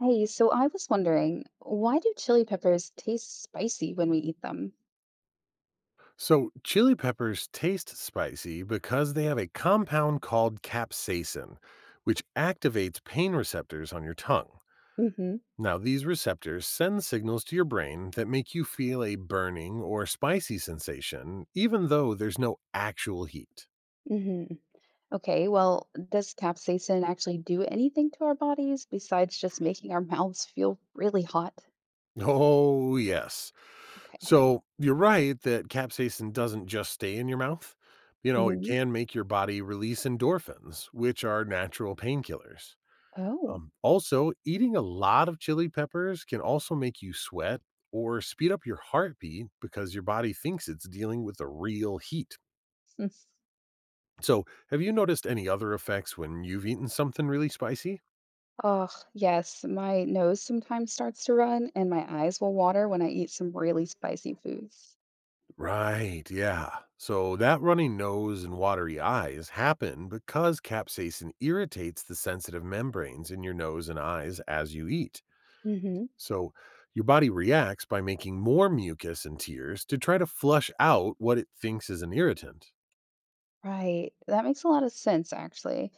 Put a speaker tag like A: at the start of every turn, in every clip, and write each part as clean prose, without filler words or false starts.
A: Hey, so I was wondering, why do chili peppers taste spicy when we eat them?
B: So, chili peppers taste spicy because they have a compound called capsaicin, which activates pain receptors on your tongue.
A: Mm-hmm.
B: Now, these receptors send signals to your brain that make you feel a burning or spicy sensation, even though there's no actual heat.
A: Mm-hmm. Okay, well, does capsaicin actually do anything to our bodies besides just making our mouths feel really hot?
B: Oh, yes.
A: Okay.
B: So, you're right that capsaicin doesn't just stay in your mouth. You know, it
A: Mm-hmm.
B: can make your body release endorphins, which are natural painkillers.
A: Oh.
B: Also, eating a lot of chili peppers can also make you sweat or speed up your heartbeat because your body thinks it's dealing with the real heat.
A: Mm.
B: So, have you noticed any other effects when you've eaten something really spicy?
A: Oh, yes, my nose sometimes starts to run and my eyes will water when I eat some really spicy foods.
B: Right, yeah. So, that runny nose and watery eyes happen because capsaicin irritates the sensitive membranes in your nose and eyes as you eat.
A: Mm-hmm.
B: So, your body reacts by making more mucus and tears to try to flush out what it thinks is an irritant.
A: Right. That makes a lot of sense, actually.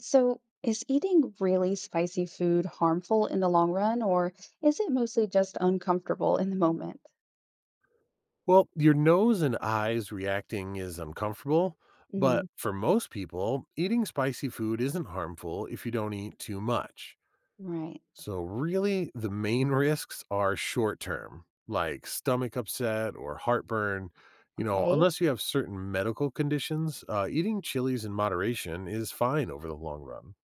A: So, is eating really spicy food harmful in the long run, or is it mostly just uncomfortable in the moment?
B: Well, your nose and eyes reacting is uncomfortable,
A: Hmm.
B: but for most people, eating spicy food isn't harmful if you don't eat too much.
A: Right.
B: So, really, the main risks are short term, like stomach upset or heartburn. You know,
A: Okay.
B: unless you have certain medical conditions, eating chilies in moderation is fine over the long run.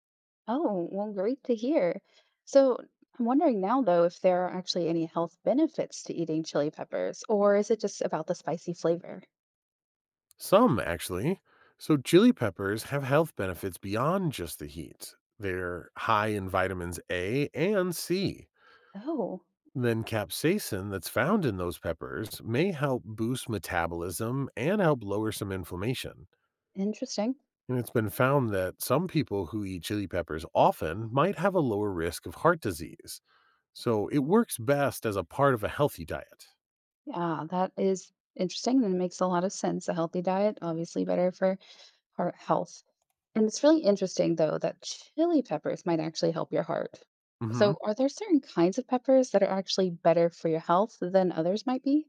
A: Oh, well, great to hear. So, I'm wondering now, though, if there are actually any health benefits to eating chili peppers, or is it just about the spicy flavor?
B: Some actually. So, chili peppers have health benefits beyond just the heat. They're high in vitamins A and C.
A: Oh,
B: Then capsaicin that's found in those peppers may help boost metabolism and help lower some inflammation.
A: interesting.
B: And it's been found that some people who eat chili peppers often might have a lower risk of heart disease. So it works best as a part of a healthy diet.
A: Yeah, that is interesting and makes a lot of sense. A healthy diet, obviously better for heart health. And it's really interesting, though, that chili peppers might actually help your heart.
B: Mhm.
A: So, are there certain kinds of peppers that are actually better for your health than others might be?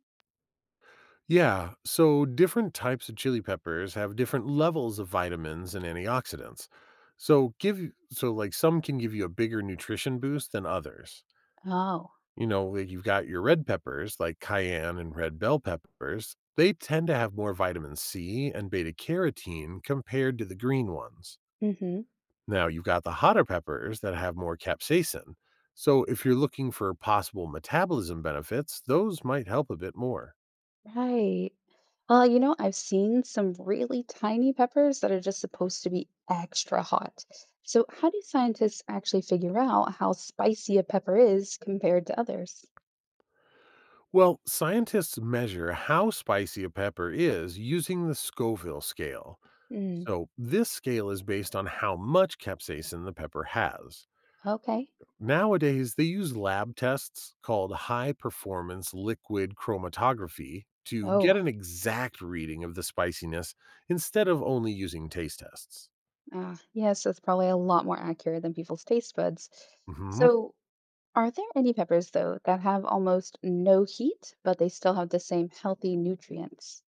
B: Yeah, so different types of chili peppers have different levels of vitamins and antioxidants. So like some can give you a bigger nutrition boost than others.
A: Oh,
B: You know, like you've got your red peppers like cayenne and red bell peppers. They tend to have more vitamin C and beta carotene compared to the green ones.
A: hmm,
B: Now, you've got the hotter peppers that have more capsaicin. So if you're looking for possible metabolism benefits, those might help a bit more.
A: right. Well, I've seen some really tiny peppers that are just supposed to be extra hot. So, how do scientists actually figure out how spicy a pepper is compared to others?
B: Well, scientists measure how spicy a pepper is using the Scoville scale.
A: Mm,
B: So, this scale is based on how much capsaicin the pepper has.
A: okay.
B: Nowadays, they use lab tests called high performance liquid chromatography to get
A: Oh,
B: an exact reading of the spiciness instead of only using taste tests.
A: ah, yes, that's probably a lot more accurate than people's taste buds.
B: Hmm.
A: So, are there any peppers, though, that have almost no heat, but they still have the same healthy nutrients?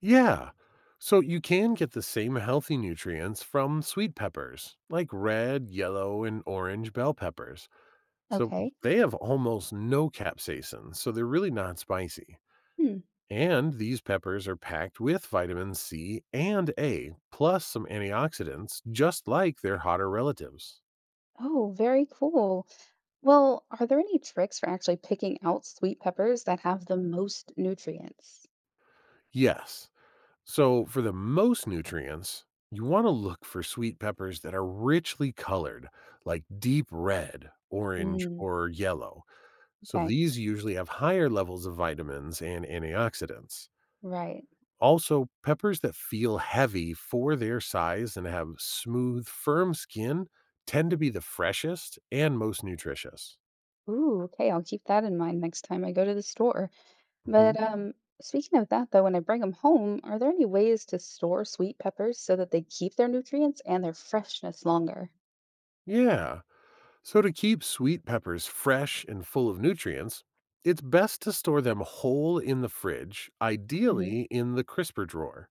B: Yeah. So, you can get the same healthy nutrients from sweet peppers, like red, yellow, and orange bell peppers. So
A: Okay.
B: they have almost no capsaicin, so they're really not spicy.
A: Hmm.
B: And these peppers are packed with vitamin C and A, plus some antioxidants, just like their hotter relatives.
A: Oh, very cool. Well, are there any tricks for actually picking out sweet peppers that have the most nutrients?
B: Yes. So for the most nutrients, you want to look for sweet peppers that are richly colored, like deep red, orange,
A: Hmm.
B: or yellow. So
A: Okay.
B: these usually have higher levels of vitamins and antioxidants.
A: Right.
B: Also, peppers that feel heavy for their size and have smooth, firm skin tend to be the freshest and most nutritious.
A: Ooh, okay. I'll keep that in mind next time I go to the store.
B: Mhm.
A: But speaking of that, though, when I bring them home, are there any ways to store sweet peppers so that they keep their nutrients and their freshness longer?
B: Yeah. So, to keep sweet peppers fresh and full of nutrients, it's best to store them whole in the fridge, ideally in the crisper drawer.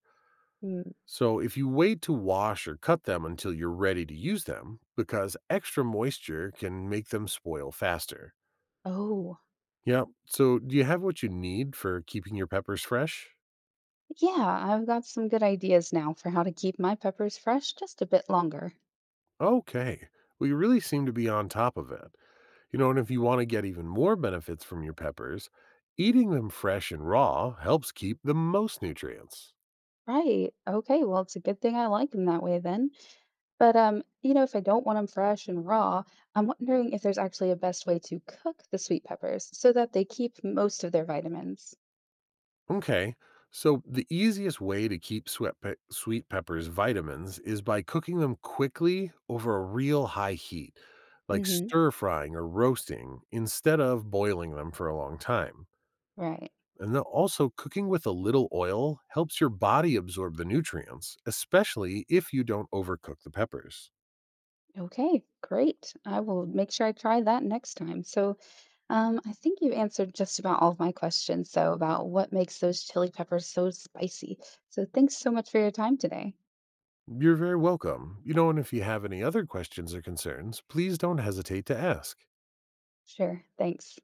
A: Mm-hmm.
B: So, if you wait to wash or cut them until you're ready to use them, because extra moisture can make them spoil faster.
A: Oh.
B: Yeah. So, do you have what you need for keeping your peppers fresh?
A: Yeah, I've got some good ideas now for how to keep my peppers fresh just a bit longer.
B: Okay. Well, you really seem to be on top of it. You know, and if you want to get even more benefits from your peppers, eating them fresh and raw helps keep the most nutrients.
A: Right. Okay, well, it's a good thing I like them that way then. But if I don't want them fresh and raw, I'm wondering if there's actually a best way to cook the sweet peppers so that they keep most of their vitamins.
B: Okay. So the easiest way to keep sweet peppers vitamins is by cooking them quickly over a real high heat, like
A: Hmm.
B: stir frying or roasting, instead of boiling them for a long time.
A: Right.
B: And then also, cooking with a little oil helps your body absorb the nutrients, especially if you don't overcook the peppers.
A: Okay, great. I will make sure I try that next time. So, I think you answered just about all of my questions, though, about what makes those chili peppers so spicy. So, thanks so much for your time today.
B: You're very welcome. You know, and if you have any other questions or concerns, please don't hesitate to ask.
A: Sure. Thanks.